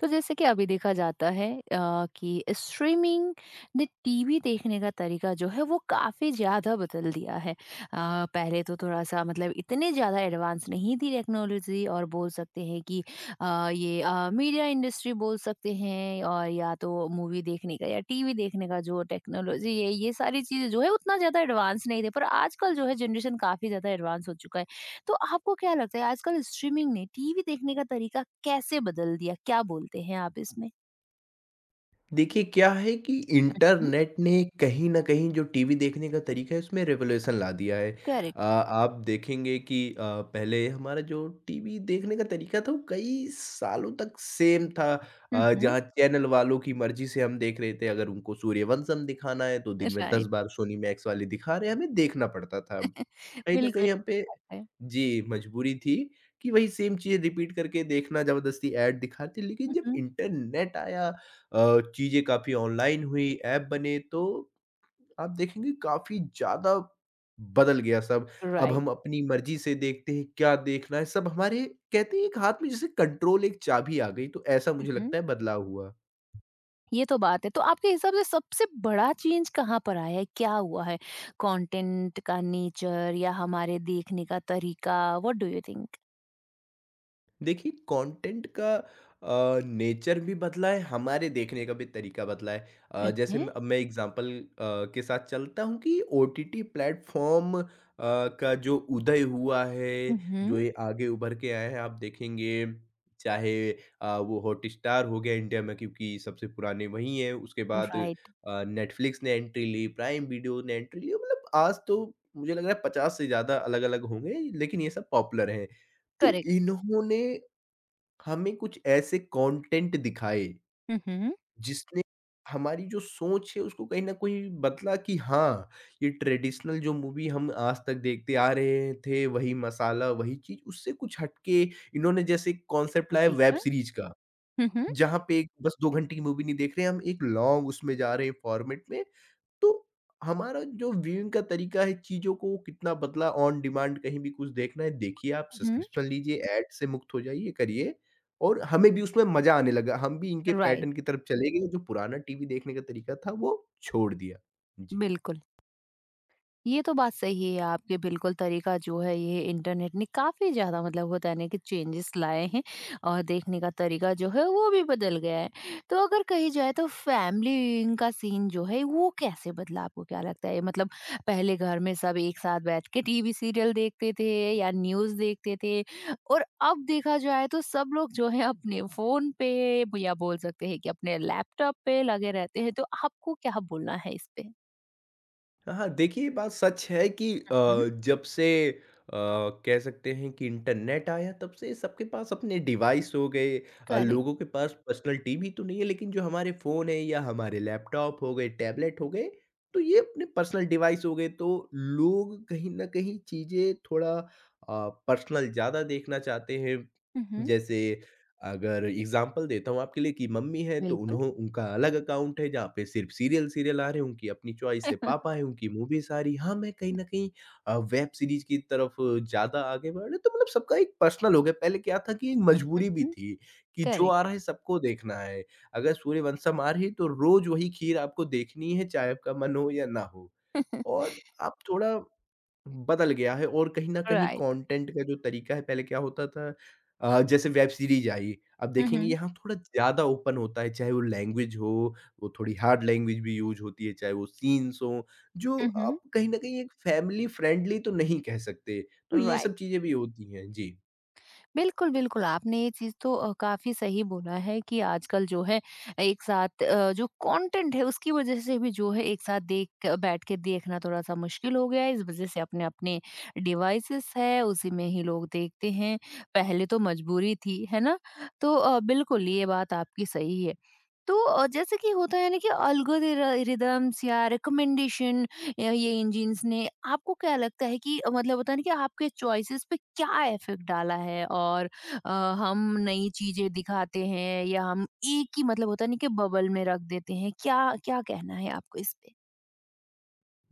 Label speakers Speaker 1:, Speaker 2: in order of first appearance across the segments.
Speaker 1: तो जैसे कि अभी देखा जाता है कि स्ट्रीमिंग ने टीवी देखने का तरीका जो है वो काफ़ी ज़्यादा बदल दिया है। पहले तो थोड़ा-सा मतलब इतने ज़्यादा एडवांस नहीं थी टेक्नोलॉजी और बोल सकते हैं कि ये मीडिया इंडस्ट्री बोल सकते हैं और या तो मूवी देखने का या टीवी देखने का जो टेक्नोलॉजी है, ये सारी चीज़ें जो है उतना ज़्यादा एडवांस नहीं थे। पर आजकल जो है जनरेशन काफ़ी ज़्यादा एडवांस हो चुका है। तो आपको क्या लगता है आजकल स्ट्रीमिंग ने टीवी देखने का तरीका कैसे बदल दिया? क्या बोलते हैं आप इसमें?
Speaker 2: देखिए, क्या है कि
Speaker 1: हुँ,
Speaker 2: इंटरनेट ने कहीं न कहीं जो टीवी देखने का तरीका है उसमें रिवॉल्यूशन ला दिया है।
Speaker 1: करेक्ट।
Speaker 2: आप देखेंगे कि पहले हमारा जो टीवी देखने का तरीका था वो कई सालों तक सेम था।
Speaker 1: हुँ, हुँ।
Speaker 2: जहाँ चैनल वालों की मर्ज़ी से हम देख रहे थे, अगर उनको सूर्यवंशम दिखाना है तो दिन में 10
Speaker 1: राइट,
Speaker 2: बार सोनी मैक्स वाले दिखा रहे हैं, हमें देखना पड़ता था। कहीं न
Speaker 1: बिल्कुल
Speaker 2: कहीं हम पे।
Speaker 1: बात है।
Speaker 2: जी, मजबूरी थी कि वही सेम चीज़ें रिपीट करके देखना, ज़बरदस्ती ऐड दिखाते, लेकिन
Speaker 1: हुँ,
Speaker 2: जब
Speaker 1: हुँ।
Speaker 2: इंटरनेट आया चीज़ें काफ़ी ऑनलाइन हुई, ऐप बने, तो आप देखेंगे काफ़ी ज़्यादा बदल गया सब। अब हम
Speaker 1: राइट।
Speaker 2: अपनी मर्ज़ी से देखते हैं, क्या देखना है, सब हमारे कहते हैं एक हाथ में जैसे कंट्रोल, एक चाबी आ गई, तो ऐसा
Speaker 1: हुँ,
Speaker 2: मुझे लगता
Speaker 1: हुँ।
Speaker 2: है बदलाव हुआ।
Speaker 1: ये तो बात है। तो आपके हिसाब से सबसे बड़ा चेंज कहाँ पर आया है? क्या हुआ है? कंटेंट का नेचर या हमारे देखने का तरीका? What do you think?
Speaker 2: देखिए, कंटेंट का नेचर भी बदला है, हमारे देखने का भी तरीका बदला है। जैसे
Speaker 1: ओके।
Speaker 2: म अब मैं एग्ज़ाम्पल के साथ चलता हूँ कि ओटीटी प्लेटफ़ॉर्म का जो उदय हुआ
Speaker 1: हुँ,
Speaker 2: है,
Speaker 1: हुँ।
Speaker 2: जो ये आगे उभर के आए हैं, आप देखेंगे चाहे वो हॉटस्टार हो गया इंडिया में, क्योंकि सबसे पुराने वही हैं। उसके बाद
Speaker 1: राइट।
Speaker 2: नेटफ्लिक्स ने एंट्री ली, प्राइम वीडियो ने एंट्री ली, मतलब आज तो मुझे लग रहा है 50 से ज़्यादा अलग-अलग होंगे, लेकिन ये सब पॉपुलर हैं। तो
Speaker 1: करेक्ट।
Speaker 2: इन्होंने हमें कुछ ऐसे कंटेंट दिखाए
Speaker 1: हुँ, हुँ।
Speaker 2: जिसने हमारी जो सोच है उसको कहीं न कहीं बदला, कि हाँ, ये ट्रेडिशनल जो मूवी हम आज तक देखते आ रहे थे वही मसाला, वही चीज़, उससे कुछ हटके इन्होंने जैसे कॉन्सेप्ट लाया
Speaker 1: जी
Speaker 2: वेब
Speaker 1: हाँ।
Speaker 2: सीरीज़ का।
Speaker 1: हुँ, हुँ।
Speaker 2: जहाँ पे एक बस 2 घंटे की मूवी नहीं देख रहे हैं, हम एक लॉन्ग उसमें जा रहे हैं फॉर्मेट में, तो हमारा जो व्यूइंग का तरीका है, चीज़ों को वो कितना बदला, ऑन डिमांड कहीं भी कुछ देखना है, देखिए आप
Speaker 1: हुँ, हुँ।
Speaker 2: सब्सक्रिप्शन लीजिए, ऐड से मुक्त हो जाइए, करिए और हमें भी उसमें मज़ा आने लगा। हम भी इनके
Speaker 1: राइट,
Speaker 2: पैटर्न की तरफ चले गए, जो पुराना टीवी देखने का तरीका था, वो छोड़ दिया। जी।
Speaker 1: बिल्कुल। ये तो बात सही है आपके बिल्कुल तरीका जो है ये इंटरनेट ने काफ़ी ज़्यादा मतलब होता है ना कि चेंजेस लाए हैं और देखने का तरीका जो है वो भी बदल गया है। तो अगर कही जाए तो फैमिली व्यूइंग का सीन जो है वो कैसे बदला आपको क्या लगता है? मतलब पहले घर में सब एक साथ बैठ के टीवी सीरियल देखते थे या न्यूज़ देखते थे और अब देखा जाए तो सब लोग जो है अपने फ़ोन पे या बोल सकते हैं कि अपने लैपटॉप पे लगे रहते हैं। तो आपको क्या बोलना है इस पे?
Speaker 2: हाँ, हाँ, देखिए, ये बात सच है कि जब से कह सकते हैं कि इंटरनेट आया तब से सबके पास अपने डिवाइस हो गए।
Speaker 1: करेक्ट
Speaker 2: लोगों के पास पर्सनल टीवी तो नहीं है, लेकिन जो हमारे फ़ोन है या हमारे लैपटॉप हो गए, टैबलेट हो गए, तो ये अपने पर्सनल डिवाइस हो गए, तो लोग कहीं न कहीं चीज़ें थोड़ा पर्सनल ज़्यादा देखना चाहते हैं। जैसे, अगर एग्ज़ाम्पल देता हूँ आपके लिए, कि मम्मी हैं तो
Speaker 1: बिल्कुल।
Speaker 2: उन्हों उनका अलग अकाउंट है जहाँ पे सिर्फ़ सीरियल-सीरियल आ रहे हैं, उनकी अपनी चॉइस है। पापा हैं, उनकी मूवीज़ आ रही हैं। हाँ, मैं कहीं न कहीं वेब सीरीज़ की तरफ ज़्यादा आगे बढ़ रहे हैं, तो मतलब सबका एक पर्सनल हो गया। पहले क्या था, कि एक मजबूरी भी
Speaker 1: हुँ,
Speaker 2: थी, कि जो
Speaker 1: करेक्ट।
Speaker 2: आ रहा है सबको देखना है। अगर सूर्यवंशम आ रही है तो रोज़ वही खीर आपको देखनी है, चाहे आपका मन हो या ना हो। और आप थोड़ा बदल गया है, और कहीं न कहीं
Speaker 1: राइट।
Speaker 2: कंटेंट का जो तरीका है, पहले क्या होता था, जैसे वेब सीरीज़ आई, अब
Speaker 1: हुँ,
Speaker 2: देखेंगे
Speaker 1: हुँ।
Speaker 2: यहाँ थोड़ा ज़्यादा ओपन होता है, चाहे वो लैंग्वेज हो, वो थोड़ी हार्ड लैंग्वेज भी यूज़ होती है, चाहे वो सीन्स हों, जो
Speaker 1: हुँ, हुँ।
Speaker 2: आप कहीं न कहीं एक फैमिली फ्रेंडली तो नहीं कह सकते। तो ये
Speaker 1: राइट।
Speaker 2: सब चीज़ें भी होती हैं। जी।
Speaker 1: बिल्कुल, बिल्कुल, आपने ये चीज़ तो काफ़ी सही बोला है कि आजकल जो है एक साथ जो कंटेंट है उसकी वज़ह से भी जो है एक साथ देख बैठ के देखना थोड़ा-सा मुश्किल हो गया है। इस वज़ह से अपने-अपने डिवाइसेज़ है उसी में ही लोग देखते हैं। पहले तो मजबूरी थी, है ना? तो बिल्कुल ये बात आपकी सही है। तो जैसे कि होता है ना कि एल्गोरिदम रिदम्स या रिकमेंडेशन या ये इंजीन्स ने आपको क्या लगता है कि मतलब होता है ना कि आपके चॉइसेस पे क्या इफेक्ट डाला है और अ, हम नई चीजें दिखाते हैं या हम एक ही मतलब होता नहीं कि बबल में रख देते हैं क्या क्या कहना है आपको इस पे।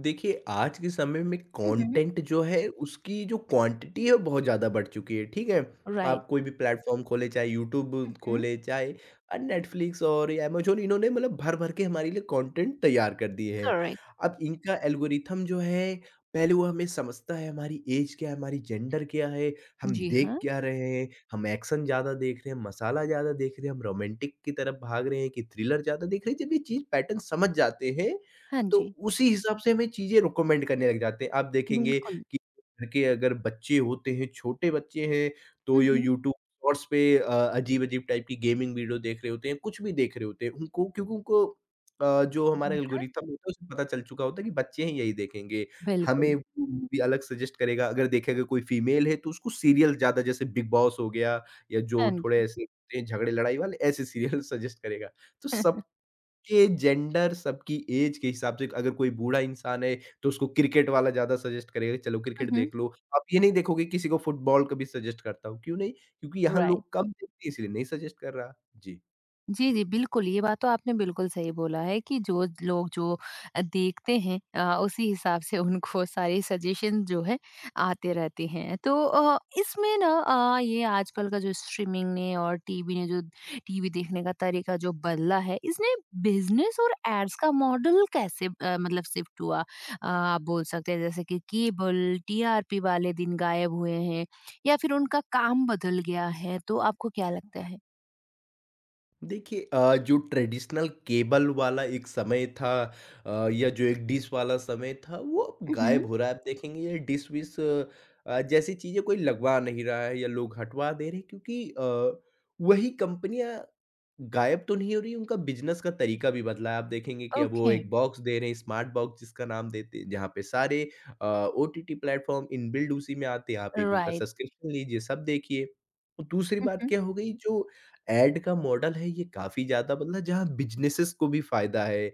Speaker 2: देखिए, आज के समय में
Speaker 1: हम्म।
Speaker 2: कंटेंट जो है उसकी जो क्वांटिटी है वो बहुत ज़्यादा बढ़ चुकी है, ठीक है?
Speaker 1: राइट।
Speaker 2: आप कोई भी प्लेटफ़ॉर्म खोलें, चाहे यूट्यूब
Speaker 1: हम्म।
Speaker 2: खोलें, चाहे नेटफ्लिक्स और अमेज़न, इन्होंने मतलब भर-भर के हमारे लिए कंटेंट तैयार कर दिए हैं।
Speaker 1: करेक्ट।
Speaker 2: अब इनका एल्गोरिथम जो है, पहले वो हमें समझता है हमारी ऐज क्या है, हमारी जेंडर क्या है, हम
Speaker 1: जी
Speaker 2: देख
Speaker 1: हाँ।
Speaker 2: क्या रहे हैं, हम एक्शन ज़्यादा देख रहे हैं, मसाला ज़्यादा देख रहे हैं, हम रोमांटिक की तरफ भाग रहे हैं कि थ्रिलर ज़्यादा देख रहे हैं। जब ये चीज़ पैटर्न समझ जाते हैं,
Speaker 1: हाँ
Speaker 2: तो
Speaker 1: जी।
Speaker 2: उसी हिसाब से हमें चीज़ें रिकमेंड करने लग जाते हैं। आप देखेंगे
Speaker 1: बिल्कुल।
Speaker 2: कि घर के अगर बच्चे होते हैं, छोटे बच्चे हैं, तो ये
Speaker 1: हम्म।
Speaker 2: यूट्यूब शॉर्ट्स पे अजीब-अजीब टाइप की गेमिंग वीडियो देख रहे होते हैं, कुछ भी देख रहे होते हैं। उनको क्योंकि उनको जो हमारा
Speaker 1: जी हाँ।
Speaker 2: एल्गोरिथम होता है, उसे पता चल चुका होता है कि बच्चे ही यही देखेंगे। हमें
Speaker 1: बिल्कुल।
Speaker 2: वो मूवी अलग सजेस्ट करेगा, अगर देखेगा कोई फीमेल है, तो उसको सीरियल ज़्यादा, जैसे बिग बॉस हो गया या जो
Speaker 1: हाँ
Speaker 2: थोड़े
Speaker 1: जी।
Speaker 2: ऐसे होते हैं झगड़े-लड़ाई वाले, ऐसे सीरियल सजेस्ट करेगा। तो सब सबके जेंडर, सबकी ऐज के हिसाब से, अगर कोई बूढ़ा इंसान है, तो उसको क्रिकेट वाला ज़्यादा सजेस्ट करेगा, चलो क्रिकेट
Speaker 1: हम्म।
Speaker 2: देख लो। आप ये नहीं देखोगे किसी को फुटबॉल कभी सजेस्ट करता हूँ, क्यों नहीं? क्योंकि यहाँ
Speaker 1: राइट।
Speaker 2: लोग कम देखते हैं इसलिए नहीं सजेस्ट कर रहा। जी।
Speaker 1: जी, जी, बिल्कुल, ये बात तो आपने बिल्कुल सही बोला है कि जो लोग जो देखते हैं उसी हिसाब से उनको सारे सजेशन जो है आते रहते हैं। तो इसमें ना ये आजकल का जो स्ट्रीमिंग ने और टीवी ने जो टीवी देखने का तरीका जो बदला है, इसने बिज़नेस और एड्स का मॉडल कैसे मतलब शिफ्ट हुआ? आप बोल सकते हैं जैसे कि केबल, टीआरपी वाले दिन गायब हुए हैं या फिर उनका काम बदल गया है, तो आपको क्या लगता है?
Speaker 2: देखिए, जो ट्रेडिशनल केबल वाला एक समय था, या जो एक डिश वाला समय था, वो अब
Speaker 1: हुँ, हुँ,
Speaker 2: गायब हो रहा है। आप देखेंगे ये डिश विश जैसी चीज़ें कोई लगवा नहीं रहा है या लोग हटवा दे रहे हैं, क्योंकि वही कंपनियां गायब तो नहीं हो रही, उनका बिजनेस का तरीका भी बदला है। आप देखेंगे कि अब वो
Speaker 1: ओके।
Speaker 2: एक बॉक्स दे रहे हैं, स्मार्ट बॉक्स जिसका नाम देते हैं, जहाँ पे सारे O T T platform inbuilt उसी में आते हैं। आप एक उनका
Speaker 1: राइट।
Speaker 2: सब्सक्रिप्शन लीजिए, सब देखिए। और दूसरी
Speaker 1: हुँ,
Speaker 2: बात
Speaker 1: हुँ।
Speaker 2: क्या हो गई, जो ऐड का मॉडल है ये काफ़ी ज़्यादा बदला, जहाँ बिज़नेसेस को भी फ़ायदा है,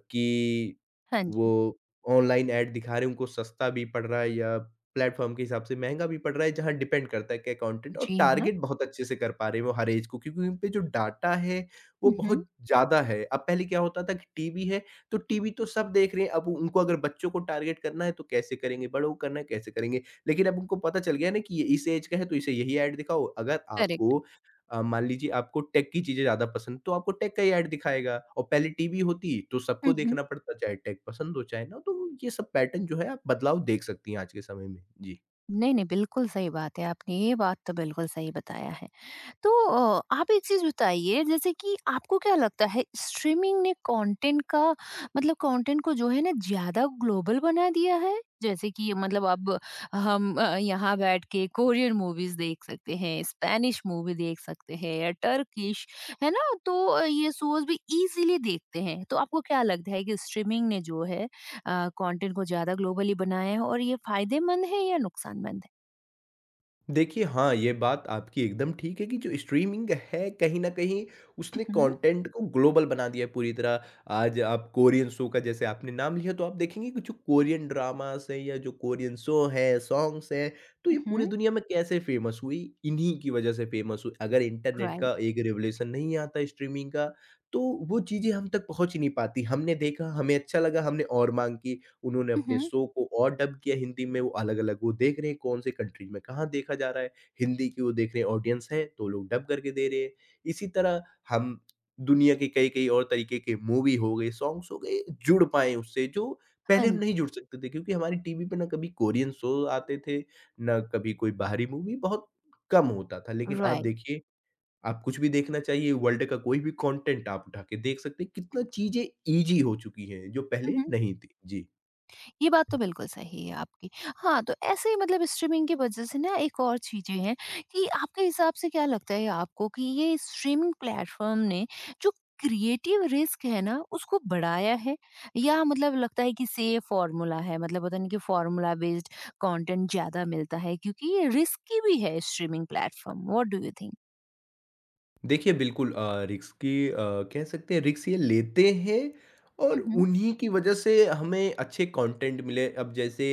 Speaker 2: कि
Speaker 1: हाँ जी।
Speaker 2: वो ऑनलाइन ऐड दिखा रहे हैं, उनको सस्ता भी पड़ रहा है या प्लेटफ़ॉर्म के हिसाब से महँगा भी पड़ रहा है, जहाँ डिपेंड करता है कि कंटेंट और
Speaker 1: जी हाँ।
Speaker 2: टारगेट बहुत अच्छे से कर पा रहे हैं, वो हर ऐज को, क्योंकि उन पे जो डाटा है वो
Speaker 1: हुँ, हुँ।
Speaker 2: बहुत ज़्यादा है। अब पहले क्या होता था कि टीवी है, तो टीवी तो सब देख रहे हैं, अब उनको अगर बच्चों को टारगेट करना है तो कैसे करेंगे, बड़ों को करना है कैसे करेंगे? लेकिन अब उनको पता चल गया ना कि ये इस ऐज का है, तो इसे यही ऐड दिखाओ। अगर
Speaker 1: करेक्ट।
Speaker 2: आपको अ, मान लीजिए आपको टेक की चीज़ें ज़्यादा पसंद, तो आपको टेक का ही ऐड दिखाएगा। और पहले टीवी होती तो सबको
Speaker 1: हुँ, हुँ।
Speaker 2: देखना पड़ता, चाहे टेक पसंद हो चाहे ना, तो ये सब पैटर्न जो है, आप बदलाव देख सकती हैं आज के समय में। जी।
Speaker 1: नहीं, नहीं, बिल्कुल सही बात है। आपने ये बात तो बिल्कुल सही बताया है। तो आप एक चीज बताइए जैसे कि आपको क्या लगता है स्ट्रीमिंग ने कंटेंट का मतलब कंटेंट को जो है ना ज्यादा ग्लोबल बना दिया है जैसे कि मतलब अब हम यहाँ बैठ के कोरियन मूवीज देख सकते हैं स्पेनिश मूवी देख सकते हैं या टर्किश है ना तो ये शोज भी इजीली देखते हैं तो आपको क्या लगता है कि स्ट्रीमिंग ने जो है कंटेंट को ज्यादा ग्लोबली बनाया है और ये फायदेमंद है या नुकसानमंद है।
Speaker 2: देखिए, हाँ, ये बात आपकी एकदम ठीक है कि जो स्ट्रीमिंग है कहीं न कहीं उसने
Speaker 1: हम्म।
Speaker 2: कंटेंट को ग्लोबल बना दिया है पूरी तरह। आज आप कोरियन शो का, जैसे आपने नाम लिया, तो आप देखेंगे कि जो कोरियन ड्रामास हैं या जो कोरियन शो हैं, सॉन्ग्स हैं, तो ये पूरी
Speaker 1: हम्म।
Speaker 2: दुनिया में कैसे फेमस हुई? इन्हीं की वजह से फेमस हुई। अगर इंटरनेट
Speaker 1: राइट।
Speaker 2: का एक रेवोल्यूशन नहीं आता स्ट्रीमिंग का, तो वो चीज़ें हम तक पहुँच ही नहीं पाती। हमने देखा, हमें अच्छा लगा, हमने और माँग की। उन्होंने अपने
Speaker 1: हम्म।
Speaker 2: शो को और डब किया हिंदी में, वो अलग-अलग वो देख रहे हैं कौन से कंट्री में कहाँ देखा जा रहा है, हिंदी की वो देख रहे हैं ऑडियंस है, तो लोग डब करके दे रहे हैं। इसी तरह हम दुनिया के कई-कई और तरीके के मूवी हो गए, सॉन्ग्स हो गए, जुड़ पाएँ उससे, जो
Speaker 1: हाँ
Speaker 2: पहले हम
Speaker 1: जी।
Speaker 2: नहीं जुड़ सकते थे, क्योंकि हमारी टीवी पे ना कभी कोरियन शो आते थे, ना कभी कोई बाहरी मूवी, बहुत कम होता था। लेकिन आज
Speaker 1: राइट।
Speaker 2: देखिए, आप कुछ भी देखना चाहिए, वर्ल्ड का कोई भी कंटेंट आप उठा के देख सकते हैं, कितना चीज़ें ईज़ी हो चुकी हैं, जो
Speaker 1: हुँ,
Speaker 2: पहले
Speaker 1: हुँ।
Speaker 2: नहीं थी। जी।
Speaker 1: ये बात तो बिल्कुल सही है आपकी। हाँ, तो ऐसे ही मतलब स्ट्रीमिंग की वज़ह से ना एक और चीज़ें हैं कि आपके हिसाब से क्या लगता है आपको कि ये स्ट्रीमिंग प्लेटफ़ॉर्म ने जो क्रिएटिव रिस्क है ना, उसको बढ़ाया है? या मतलब लगता है कि सेम फ़ॉर्मूला है, मतलब पता नहीं कि फ़ॉर्मूला बेस्ड कंटेंट ज़्यादा मिलता है क्योंकि ये रिस्की भी है streaming platform, what do you think?
Speaker 2: देखिए, बिल्कुल। रिस्क की कह सकते हैं रिस्क ये लेते हैं, और
Speaker 1: हुँ, हुँ।
Speaker 2: उन्हीं की वजह से हमें अच्छे कंटेंट मिले। अब जैसे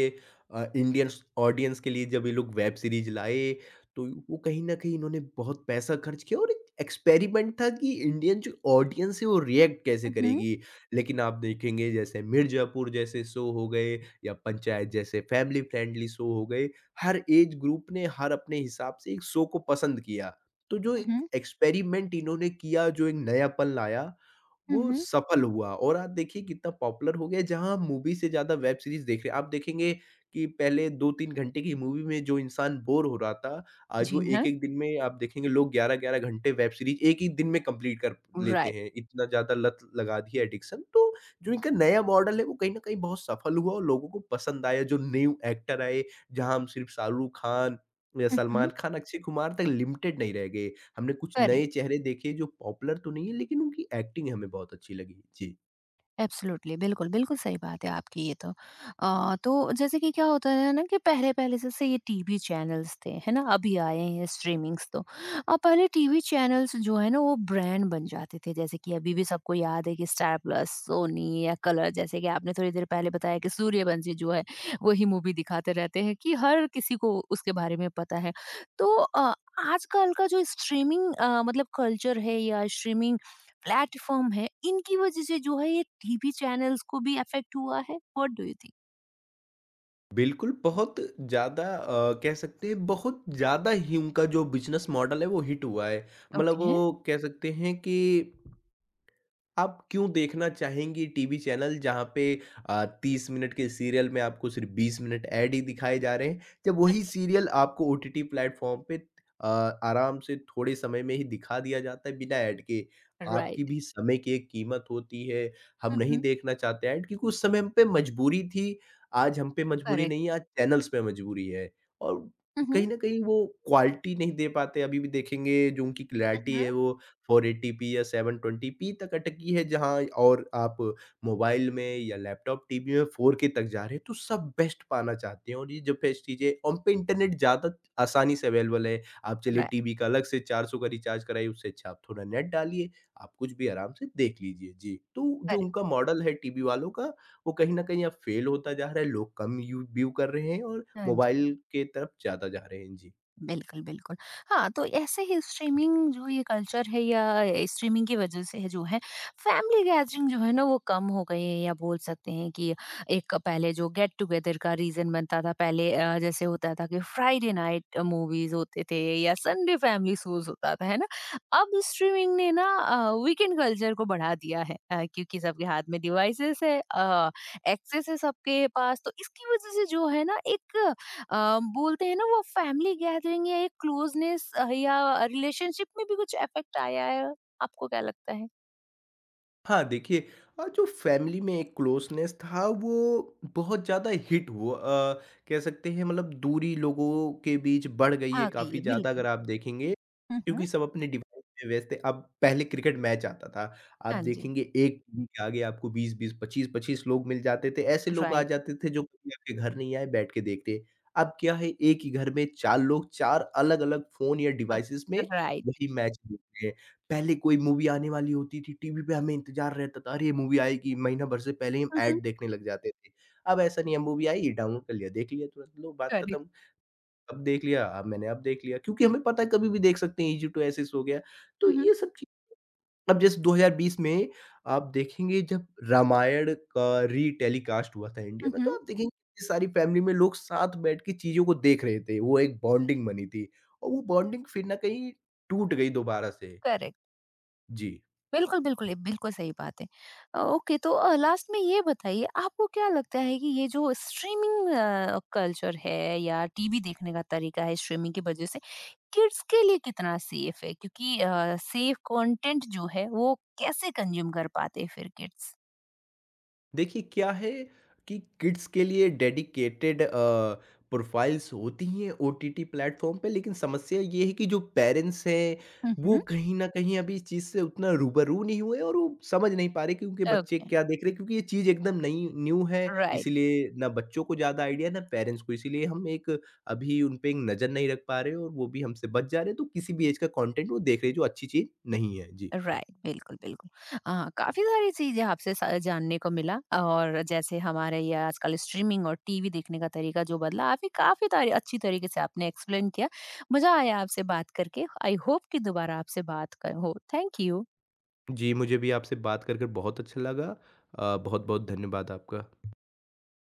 Speaker 2: इंडियन ऑडियंस के लिए जब ये लोग वेब सीरीज लाए, तो वो कहीं ना कहीं इन्होंने बहुत पैसा खर्च किया, और एक एक्सपेरिमेंट था कि इंडियन जो ऑडियंस है वो रिएक्ट कैसे
Speaker 1: हुँ,
Speaker 2: करेगी, लेकिन आप देखेंगे, जैसे मिर्जापुर जैसे शो हो गए या पंचायत जैसे फैमिली फ्रेंडली शो हो गए, हर एज ग्रुप ने हर अपने हिसाब से एक शो को पसंद किया, तो जो एक
Speaker 1: हुँ।
Speaker 2: एक्सपेरिमेंट इन्होंने किया, जो एक नयापन लाया,
Speaker 1: हुँ,
Speaker 2: वो
Speaker 1: हुँ।
Speaker 2: सफल हुआ, और आप देखिए कितना पॉपुलर हो गया, जहाँ हम मूवी से ज़्यादा वेब सीरीज़ देख रहे हैं। आप देखेंगे कि पहले 2-3 घंटे की मूवी में जो इंसान बोर हो रहा था, आज वो
Speaker 1: जी हाँ,
Speaker 2: एक-एक दिन में आप देखेंगे लोग 11-11 घंटे वेब सीरीज़ एक ही दिन में कंप्लीट कर लेते
Speaker 1: राइट।
Speaker 2: हैं। इतना ज़्यादा लत लगा दी है एडिक्शन, तो जो इनका नया मॉडल है वो कहीं न कहीं बहुत सफल हुआ और लोगों को पसंद आया। जो न्यू एक्टर आए, जहाँ हम सिर्फ शाहरुख खान या
Speaker 1: हुँ,
Speaker 2: सलमान
Speaker 1: हुँ।
Speaker 2: खान, अक्षय कुमार तक लिमिटेड नहीं रह गए। हमने कुछ नए
Speaker 1: करेक्ट।
Speaker 2: चेहरे देखे जो पॉपुलर तो नहीं है, लेकिन उनकी एक्टिंग हमें बहुत अच्छी लगी। जी।
Speaker 1: एब्सोल्युटली, बिल्कुल, बिल्कुल सही बात है आपकी ये तो। तो जैसे कि क्या होता है ना कि पहले-पहले जैसे ये टीवी चैनल्स थे, है ना? अभी आए हैं स्ट्रीमिंग्स तो। पहले टीवी चैनल्स जो है ना वो ब्रांड बन जाते थे, जैसे कि अभी भी सबको याद है कि स्टार प्लस, सोनी या कलर जैसे कि आपने थोड़ी देर पहले बताया कि सूर्यवंशी जो है, वही मूवी दिखाते रहते हैं कि हर किसी को उसके बारे में पता है। तो आजकल का जो स्ट्रीमिंग मतलब कल्चर है या स्ट्रीमिंग प्लेटफॉर्म है इनकी वजह से जो है ये टीवी चैनल्स को भी अफेक्ट हुआ है व्हाट डू यू थिंक।
Speaker 2: बिल्कुल, बहुत ज़्यादा कह सकते हैं बहुत ज़्यादा ही उनका जो बिज़नेस मॉडल है वो हिट हुआ है। मतलब
Speaker 1: ओके।
Speaker 2: वो कह सकते हैं कि आप क्यों देखना चाहेंगी टीवी चैनल, जहाँ पे 30 मिनट के सीरियल में आपको सिर्फ 20 मिनट ऐड ही दिखाए जा रहे हैं, जब वही
Speaker 1: राइट।
Speaker 2: सीरियल आपको ओटीटी प्लेटफ़ॉर्म पे आराम से थोड़े समय में ही दिखा दिया जाता है बिना ऐड के। आपकी भी समय की एक कीमत होती है। हम नहीं देखना चाहते ऐड, क्योंकि उस समय हम पे मजबूरी थी। आज हम पे मजबूरी
Speaker 1: करेक्ट।
Speaker 2: नहीं है, आज चैनल्स पे मजबूरी है। और कहीं न कहीं वो क्वालिटी नहीं दे पाते। अभी भी देखेंगे, जो उनकी क्लैरिटी है वो 480p या 720p तक अटकी है, जहाँ और आप मोबाइल में या लैपटॉप, टीवी में 4K तक जा रहे हैं। तो सब बेस्ट पाना चाहते हैं, और ये जो बेस्ट चीज़ें, उन पे इंटरनेट ज़्यादा आसानी से अवेलेबल है। आप चलिए
Speaker 1: राइट।
Speaker 2: टीवी का अलग से 400 का रिचार्ज कराइए, उससे अच्छा आप थोड़ा नेट डालिए, आप कुछ भी आराम से देख लीजिए। जी। तो जो उनका मॉडल है टीवी वालों का, वो कहीं न कहीं अब फेल होता जा रहा है। लोग कम यू व्यू कर रहे हैं और
Speaker 1: करेक्ट।
Speaker 2: मोबाइल के तरफ ज़्यादा जा रहे हैं। जी।
Speaker 1: बिल्कुल, बिल्कुल। हाँ, तो ऐसे ही स्ट्रीमिंग जो ये कल्चर है या स्ट्रीमिंग की वज़ह से है जो है फैमिली गैदरिंग जो है ना वो कम हो गई है या बोल सकते हैं कि एक पहले जो गेट टुगेदर का रीज़न बनता था पहले जैसे होता था कि फ्राइडे नाइट मूवीज़ होते थे या संडे फैमिली शोज़ होता था, है ना? अब स्ट्रीमिंग ने ना वीकेंड कल्चर को बढ़ा दिया है क्योंकि सबके हाथ में डिवाइसेज़ है एक्सेस है सबके पास तो इसकी वज़ह से जो है ना एक अ, बोलते हैं ना वो फैमिली गैदरिंग या एक क्लोजनेस या रिलेशनशिप में भी कुछ इफेक्ट आया है? आपको क्या लगता है?
Speaker 2: हाँ, देखिए, जो फ़ैमिली में एक क्लोज़नेस था वो बहुत ज़्यादा हिट हुआ। कह सकते हैं, मतलब दूरी लोगों के बीच बढ़ गई है
Speaker 1: आ गई
Speaker 2: काफ़ी
Speaker 1: है,
Speaker 2: ज़्यादा, अगर
Speaker 1: बिल्कुल।
Speaker 2: आप देखेंगे।
Speaker 1: हुँ, हुँ।
Speaker 2: क्योंकि सब अपने डिवाइस में व्यस्त थे। अब पहले क्रिकेट मैच आता था, आप
Speaker 1: हाँ जी,
Speaker 2: देखेंगे एक टीवी के आगे आपको 20-20, 25-25 लोग मिल जाते थे। ऐसे लोग आ
Speaker 1: राइट,
Speaker 2: जाते थे, जो कभी आपके घर नहीं आए, बैठ के देखते। अब क्या है, एक ही घर में 4 लोग 4 अलग-अलग फ़ोन या
Speaker 1: हाँ,
Speaker 2: डिवाइसेज़ में
Speaker 1: राइट।
Speaker 2: वही मैच देख रहे हैं। पहले कोई मूवी आने वाली होती थी, टीवी पे हमें इंतज़ार रहता था, अरे ये मूवी आएगी, महीना भर से पहले ही हम
Speaker 1: हुँ, हुँ।
Speaker 2: ऐड देखने लग जाते थे। अब ऐसा नहीं है, मूवी आई, डाउनलोड कर लिया, देख लिया तुरंत, लो बात
Speaker 1: करेक्ट।
Speaker 2: खत्म। अब देख लिया, अब देख लिया, क्योंकि हमें पता है कभी भी देख सकते हैं, इज़ी टू एक्सेस हो गया। तो
Speaker 1: हुँ, हुँ,
Speaker 2: ये सब चीज़, अब जैसे 2020 में आप देखेंगे, जब रामायण का रीटेलीकास्ट हुआ था इंडिया
Speaker 1: हुँ,
Speaker 2: में, तो
Speaker 1: हुँ,
Speaker 2: आप देखेंगे इतनी सारी फैमिली में लोग साथ बैठ के चीज़ों को देख रहे थे। वो एक बॉन्डिंग बनी थी, और वो बॉन्डिंग फिर ना कहीं टूट गई दोबारा से।
Speaker 1: करेक्ट।
Speaker 2: जी।
Speaker 1: बिल्कुल, बिल्कुल, बिल्कुल सही बात है। ओके तो लास्ट में ये बताइए आपको क्या लगता है कि ये जो स्ट्रीमिंग कल्चर है या टीवी देखने का तरीका है स्ट्रीमिंग की वजह से, किड्स के लिए कितना सेफ है? क्योंकि सेफ कंटेंट जो है वो कैसे कंज्यूम कर पाते हैं फिर किड्स?
Speaker 2: देखिए क्या है, कि किड्स के लिए डेडिकेटेड प्रोफाइल्स होती हैं ओटीटी प्लेटफॉर्म पे, लेकिन समस्या ये है कि जो पेरेंट्स हैं
Speaker 1: हुँ,
Speaker 2: वो
Speaker 1: हुँ।
Speaker 2: कहीं ना कहीं अभी इस चीज़ से उतना रूबरू नहीं हुए, और वो समझ नहीं पा रहे कि उनके बच्चे
Speaker 1: ओके,
Speaker 2: क्या देख रहे हैं, क्योंकि ये चीज़ एकदम नई न्यू है।
Speaker 1: राइट।
Speaker 2: इसीलिए ना बच्चों को ज़्यादा आइडिया, ना पेरेंट्स को। इसीलिए हम एक, अभी उन पे एक नज़र नहीं रख पा रहे, और वो भी हमसे बच जा रहे हैं, तो किसी भी एज का कंटेंट वो देख रहे हैं, जो अच्छी चीज़ नहीं है। जी।
Speaker 1: राइट बिल्कुल बिल्कुल आ, काफी सारी चीजें आपसे जानने को मिला और जैसे हमारे ये आजकल स्ट्रीमिंग और टीवी देखने का तरीका जो बदला आप ही काफी तारी, अच्छी तरीके से आपने एक्सप्लेन किया। मजा आया आपसे बात करके आई होप कि दोबारा आपसे बात कर, हो थैंक यू।
Speaker 2: जी, मुझे भी आपसे बात कर कर बहुत अच्छा लगा। बहुत-बहुत धन्यवाद आपका।